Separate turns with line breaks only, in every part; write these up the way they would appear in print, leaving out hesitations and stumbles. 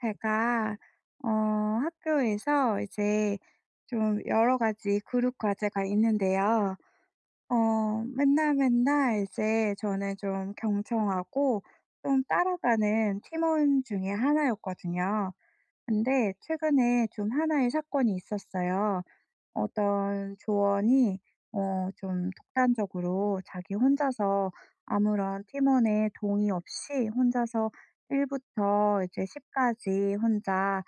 제가 어 학교에서 이제 좀 여러 가지 그룹 과제가 있는데요. 맨날 맨날 이제 저는 좀 경청하고 좀 따라가는 팀원 중에 하나였거든요. 근데 최근에 좀 하나의 사건이 있었어요. 어떤 조원이 좀 독단적으로 자기 혼자서 아무런 팀원의 동의 없이 혼자서 1 부터 이제 10 까지 혼자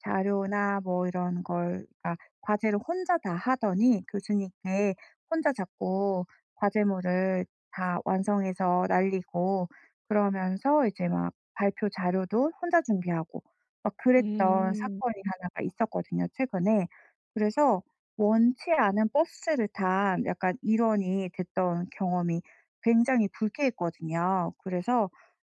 자료나 뭐 이런 걸, 그러니까 과제를 혼자 다 하더니 교수님께 혼자 자꾸 과제물을 다 완성해서 날리고, 그러면서 이제 막 발표 자료도 혼자 준비하고 막 그랬던
음.
사건이 하나가 있었거든요, 최근에. 그래서 원치 않은 버스를 탄 약간 일원이 됐던 경험이 굉장히 불쾌했거든요. 그래서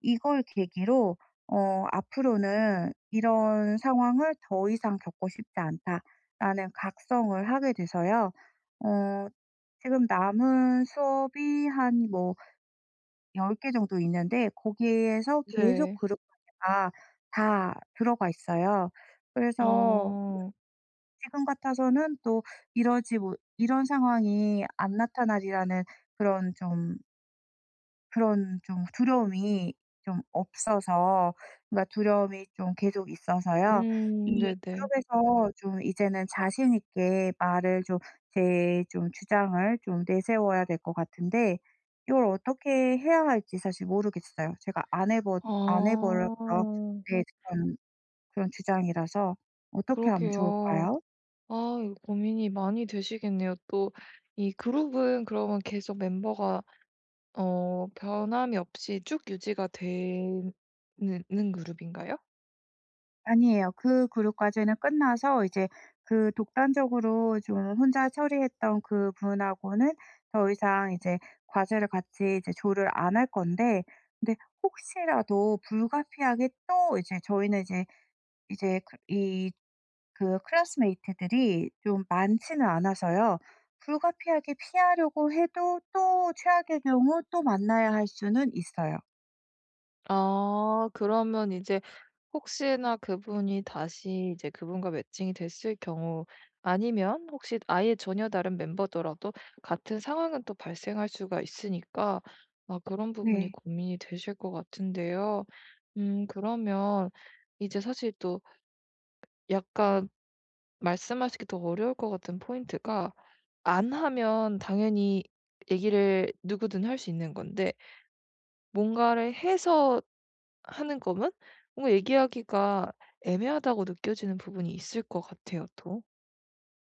이걸 계기로 '앞으로는 이런 상황을 더 이상 겪고 싶지 않다.'라는 각성을 하게 돼서요. 어 지금 남은 수업이 한뭐 10개 정도 있는데, 거기에서 계속
네.
그룹 까지가 다 들어가 있어요. 그래서
어.
지금 같아서는 또 이러지 못 이런 상황이 안 나타나리라는, 그런 좀 두려움이 좀 없어서, 그러니까 두려움이 좀 계속 있어서요. 네.
음,
이
네네.
그룹에서 좀 이제는 자신 있게 말을 좀 제 좀 주장을 좀 내세워야 될 것 같은데, 이걸 어떻게 해야 할지 사실 모르겠어요. 제가 안 해 버려서,
아.
네, 그런 주장이라서 어떻게 하면
그러게요.
좋을까요?
아, 이거 고민이 많이 되시겠네요. 또 이 그룹은 그러면 계속 멤버가 변함이 없이 쭉 유지가 되는 는 그룹인가요?
아니에요. 그 그룹 과제는 끝나서 이제 그 독단적으로 좀 혼자 처리했던 그분하고는 더 이상 이제 과제를 같이 이제 조를 안 할 건데, 근데 혹시라도 불가피하게 또 이제 저희는 이제 그 이 그 클래스메이트들이 좀 많지는 않아서요. 불가피하게 피하려고 해도 또 최악의 경우 또 만나야 할 수는 있어요.
아, 그러면 이제 혹시나 그분이 다시 이제 그분과 매칭이 됐을 경우, 아니면 혹시 아예 전혀 다른 멤버더라도 같은 상황은 또 발생할 수가 있으니까, 아, 그런 부분이
네.
고민이 되실 것 같은데요. 음, 그러면 이제 사실 또 약간 말씀하시기 더 어려울 것 같은 포인트가, 안 하면 당연히 얘기를 누구든 할 수 있는 건데, 뭔가를 해서 하는 거면 뭔가 얘기하기가 애매하다고 느껴지는 부분이 있을 것 같아요 또.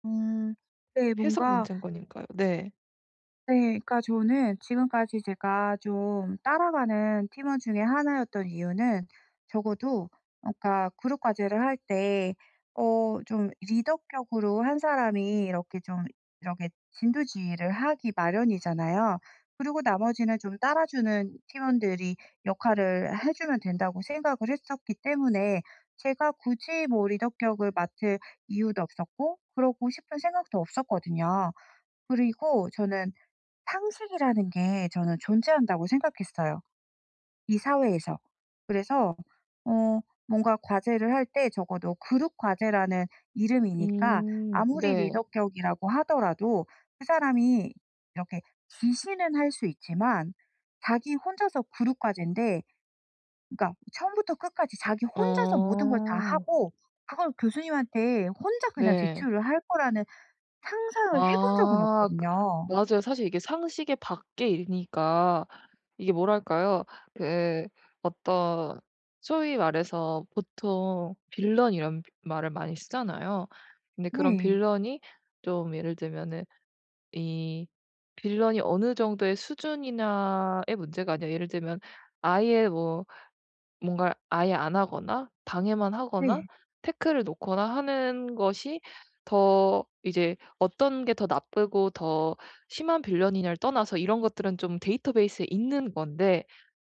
음. 네.
해서
뭔가.
문제인 거니까요. 네.
네. 그러니까 저는 지금까지 제가 좀 따라가는 팀원 중에 하나였던 이유는, 적어도 그러니까 그룹 과제를 할 때 좀 리더격으로 한 사람이 이렇게 진두지휘를 하기 마련이잖아요. 그리고 나머지는 좀 따라주는 팀원들이 역할을 해 주면 된다고 생각을 했었기 때문에, 제가 굳이 뭐 리더격을 맡을 이유도 없었고 그러고 싶은 생각도 없었거든요. 그리고 저는 상식이라는 게 저는 존재한다고 생각했어요, 이 사회에서. 그래서 어 뭔가 과제를 할 때 적어도 그룹 과제라는 이름이니까,
음,
아무리
네.
리더격이라고 하더라도 그 사람이 이렇게 지시는 할 수 있지만, 자기 혼자서 그룹 과제인데 그러니까 처음부터 끝까지 자기
어,
혼자서 모든 걸 다 하고 그걸 교수님한테 혼자 그냥
네.
제출을 할 거라는 상상을 해본 적은
아, 그
없거든요.
맞아요. 사실 이게 상식의 밖의 일이니까, 이게 뭐랄까요? 그 어떤, 소위 말해서 보통 빌런 이런 말을 많이 쓰잖아요. 근데 그런
네.
빌런이, 좀 예를 들면은 이 빌런이 어느 정도의 수준이냐의 문제가 아니라, 예를 들면 아예 뭐 뭔가를 아예 안 하거나 방해만 하거나
네.
태클을 놓거나 하는 것이 더 이제 어떤 게 더 나쁘고 더 심한 빌런이냐를 떠나서, 이런 것들은 좀 데이터베이스에 있는 건데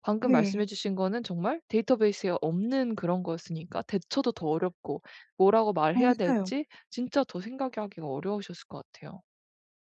방금 말씀해
네.
주신 거는 정말 데이터베이스에 없는 그런 거였으니까 대처도 더 어렵고 뭐라고 말해야
맞아요.
될지 진짜 더 생각하기가 어려우셨을 것 같아요.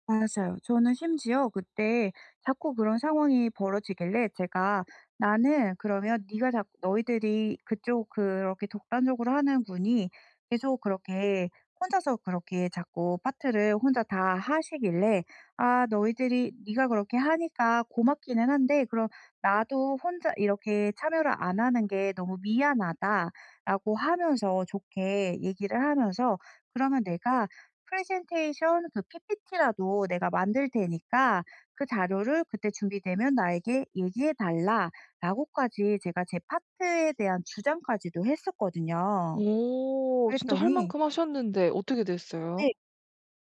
맞아요. 저는 심지어 그때 자꾸 그런 상황이 벌어지길래 제가 '나는 그러면 네가 자꾸 너희들이 그쪽 그렇게 독단적으로 하는 분이 계속 그렇게 혼자서 그렇게 자꾸 파트를 혼자 다 하시길래, 아 너희들이 네가 그렇게 하니까 고맙기는 한데, 그럼 나도 혼자 이렇게 참여를 안 하는 게 너무 미안하다.'라고 하면서, 좋게 얘기를 하면서 "그러면 내가 프레젠테이션 그 PPT라도 내가 만들 테니까, 그 자료를 그때 준비되면 나에게 얘기해 달라."라고까지 제가 제 파트에 대한 주장까지도 했었거든요.
오. 진짜 할
그랬더니,
만큼 하셨는데 어떻게
네,
됐어요?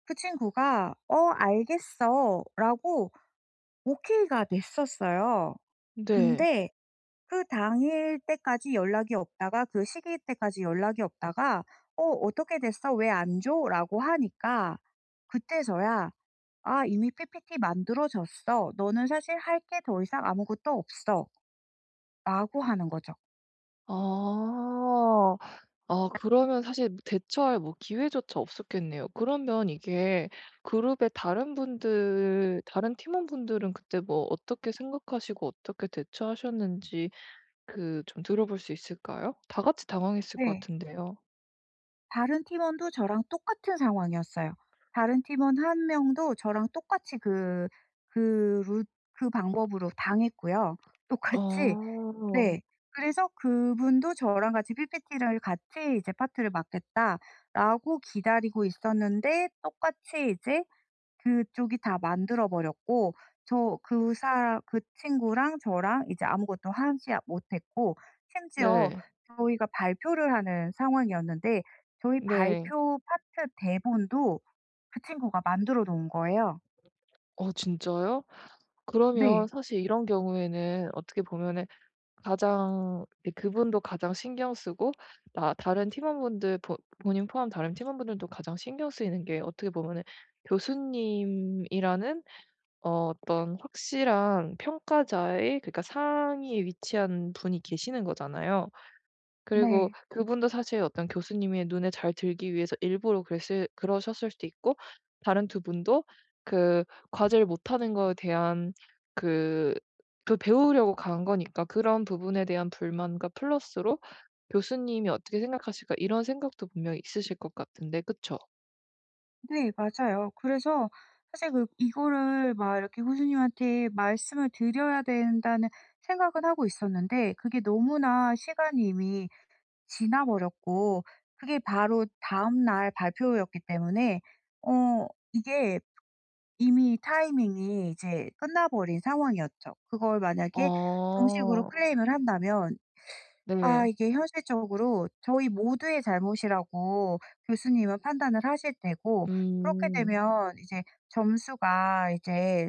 그 친구가 "어 알겠어."라고 오케이가 됐었어요.
네.
근데 그 당일 때까지 연락이 없다가, 그 시기 때까지 연락이 없다가 "어 어떻게 됐어? 왜 안 줘?" 라고 하니까, 그때서야 "아 이미 PPT 만들어졌어. 너는 사실 할게 더 이상 아무것도 없어."라고 하는 거죠.
아. 아, 그러면 사실 대처할 뭐 기회조차 없었겠네요. 그러면 이게 그룹의 다른 분들, 다른 팀원분들은 그때 뭐 어떻게 생각하시고 어떻게 대처하셨는지 그 좀 들어볼 수 있을까요? 다 같이 당황했을 것
네.
같은데요.
다른 팀원도 저랑 똑같은 상황이었어요. 다른 팀원 1명도 저랑 똑같이 그 그 루 그 방법으로 당했고요. 똑같이.
어.
네. 그래서 그분도 저랑 같이 PPT를 같이 이제 파트를 맡겠다라고 기다리고 있었는데, 똑같이 이제 그쪽이 다 만들어 버렸고, 저 그사 그 친구랑 저랑 이제 아무것도 하지 못했고, 심지어
네.
저희가 발표를 하는 상황이었는데 저희
네.
발표 파트 대본도 그 친구가 만들어 놓은 거예요.
어, 진짜요?
네.
그러면 사실 이런 경우에는 어떻게 보면은 가장 이제 그분도 가장 신경 쓰고 나 다른 팀원분들 보 본인 포함 다른 팀원분들도 가장 신경 쓰이는 게 어떻게 보면은 교수님이라는 어떤 확실한 평가자의, 그러니까 상위에 위치한 분이 계시는 거잖아요. 그리고
네.
그분도 사실 어떤 교수님의 눈에 잘 들기 위해서 일부러 그랬을 그러셨을 수도 있고 다른 두 분도 그 과제를 못하는 거에 대한 그 그 배우려고 간 거니까 그런 부분에 대한 불만과 플러스로 '교수님이 어떻게 생각하실까?' 이런 생각도 분명히 있으실 것 같은데 그쵸?
네, 맞아요. 그래서 사실 그 이거를 막 이렇게 교수님한테 말씀을 드려야 된다는 생각은 하고 있었는데, 그게 너무나 시간이 이미 지나 버렸고, 그게 바로 다음 날 발표였기 때문에 어 이게 이미 타이밍이 이제 끝나 버린 상황이었죠. 그걸 만약에 정식으로
어.
클레임을 한다면, 아
네.
이게 현실적으로 저희 모두의 잘못이라고 교수님은 판단을 하실 테고, 그렇게
음.
되면 이제 점수가 이제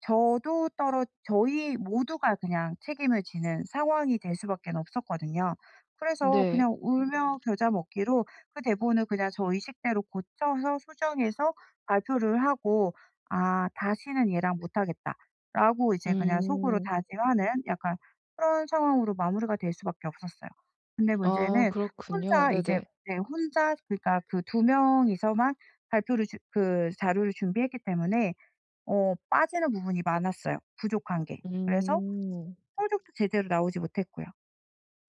저도 떨어 저희 모두가 그냥 책임을 지는 상황이 될 수밖에 없었거든요. 그래서
네.
그냥 울며 겨자 먹기로 그 대본을 그냥 저 의식대로 고쳐서 수정해서 발표를 하고, '아 다시는 얘랑 못하겠다.'라고 이제 그냥 속으로
음.
다짐하는, 약간 그런 상황으로 마무리가 될 수밖에 없었어요. 근데
아,
문제는
그렇군요.
혼자 이제,
네네.
네, 혼자, 그러니까 그 2명이서만 발표를 주 그 자료를 준비했기 때문에 빠지는 부분이 많았어요, 부족한 게. 그래서
음.
성적도 제대로 나오지 못했고요.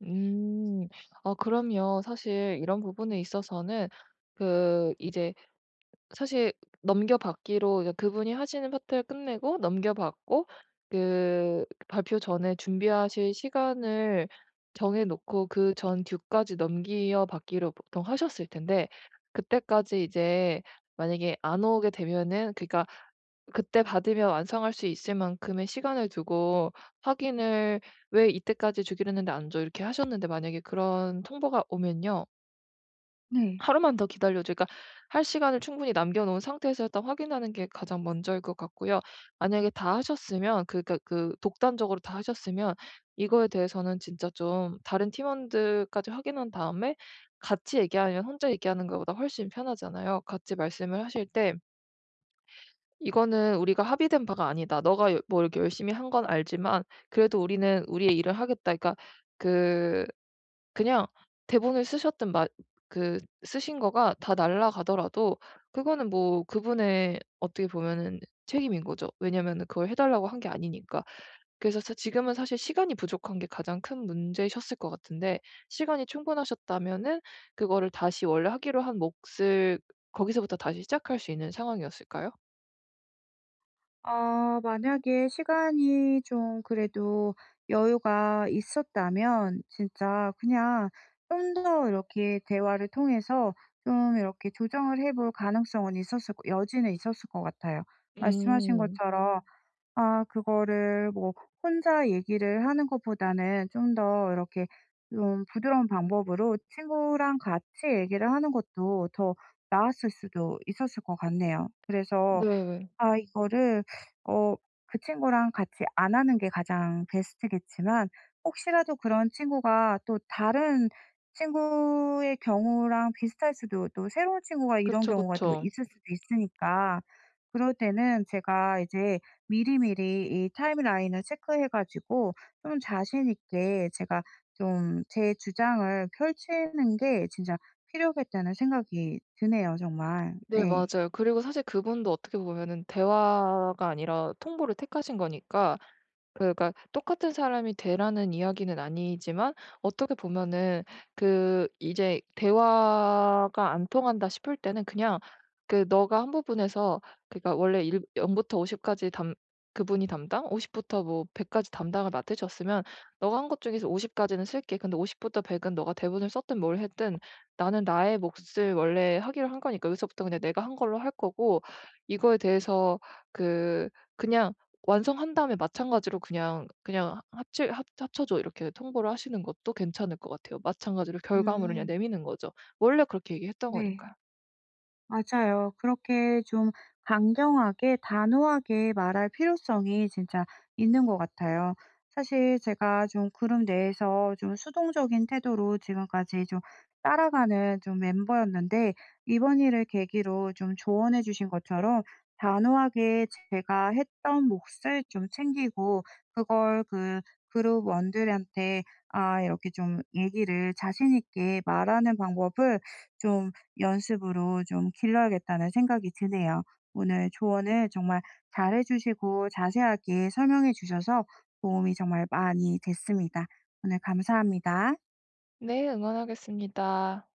음. 아, 그럼요. 사실 이런 부분에 있어서는, 그 이제 사실 넘겨받기로, 이제 그분이 하시는 파트를 끝내고 넘겨받고 그 발표 전에 준비하실 시간을 정해 놓고 그 전 뒤까지 넘겨받기로 보통 하셨을 텐데 그때까지 이제 만약에 안 오게 되면은, 그러니까 그때 받으면 완성할 수 있을 만큼의 시간을 두고 확인을, '왜 이때까지 주기로 했는데 안 줘?' 이렇게 하셨는데 만약에 그런 통보가 오면요.
네.
하루만 더 기다려 줘, 그러니까 할 시간을 충분히 남겨 놓은 상태에서 일단 확인하는 게 가장 먼저일 것 같고요. 만약에 다 하셨으면 그러니까 그 독단적으로 다 하셨으면 이거에 대해서는 진짜 좀 다른 팀원들까지 확인한 다음에 같이 얘기하면 혼자 얘기하는 것보다 훨씬 편하잖아요. 같이 말씀을 하실 때 이거는 우리가 합의된 바가 아니다. 너가 여 뭐 이렇게 열심히 한 건 알지만 그래도 우리는 우리의 일을 하겠다. 그러니까 그 그냥 대본을 쓰셨든 그 쓰신 거가 다 날라가더라도 그거는 뭐 그분의 어떻게 보면은 책임인 거죠. 왜냐면은 그걸 해 달라고 한 게 아니니까. 그래서 사 지금은 사실 시간이 부족한 게 가장 큰 문제셨을 것 같은데 시간이 충분하셨다면은 그거를 다시 원래 하기로 한 몫을 거기서부터 다시 시작할 수 있는 상황이었을까요?
아 만약에 시간이 좀 그래도 여유가 있었다면, 진짜 그냥 좀 더 이렇게 대화를 통해서 좀 이렇게 조정을 해볼 가능성은 있었을 거 여지는 있었을 것 같아요. 말씀하신
음.
것처럼 아 그거를 뭐 혼자 얘기를 하는 것보다는 좀 더 이렇게 좀 부드러운 방법으로 친구랑 같이 얘기를 하는 것도 더 나았을 수도 있었을 것 같네요. 그래서
네.
아 이거를 어 그 친구랑 같이 안 하는 게 가장 베스트겠지만, 혹시라도 그런 친구가 또 다른 친구의 경우랑 비슷할 수도, 또 새로운 친구가 이런
그쵸,
경우가 또
그쵸.
있을 수도 있으니까, 그럴 때는 제가 이제 미리미리 이 타임라인을 체크해 가지고 좀 자신 있게 제가 좀 제 주장을 펼치는 게 진짜 필요하겠다는 생각이 드네요, 정말.
네,
네.
맞아요. 그리고 사실 그분도 어떻게 보면은 대화가 아니라 통보를 택하신 거니까, 그러니까 똑같은 사람이 되라는 이야기는 아니지만, 어떻게 보면은 그 이제 대화가 안 통한다 싶을 때는 그냥, 그 너가 한 부분에서 그러니까 원래 일 0 부터 50 까지 담 그분이 담당 50 부터 뭐 100 까지 담당을 맡으셨으면 "너가 한 것 중에서 50 까지는 쓸게. 근데 50 부터 100은 너가 대본을 썼든 뭘 했든 나는 나의 몫을 원래 하기로 한 거니까 여기서부터 그냥 내가 한 걸로 할 거고 이거에 대해서 그 그냥 완성한 다음에 마찬가지로 그냥 "합치 합 합쳐 줘.' 이렇게 통보를 하시는 것도 괜찮을 것 같아요. 마찬가지로 결과물을 그냥
음.
내미는 거죠. 원래 그렇게 얘기했던
네.
거니까요.
맞아요. 그렇게 좀 강경하게 단호하게 말할 필요성이 진짜 있는 것 같아요. 사실 제가 좀 그룹 내에서 좀 수동적인 태도로 지금까지 좀 따라가는 좀 멤버였는데, 이번 일을 계기로 좀 조언해 주신 것처럼 단호하게 제가 했던 몫을 좀 챙기고, 그걸 그 그룹 원들한테 아 이렇게 좀 얘기를 자신 있게 말하는 방법을 좀 연습으로 좀 길러야겠다는 생각이 드네요. 오늘 조언을 정말 잘해 주시고 자세하게 설명해 주셔서 도움이 정말 많이 됐습니다. 오늘 감사합니다.
네, 응원하겠습니다.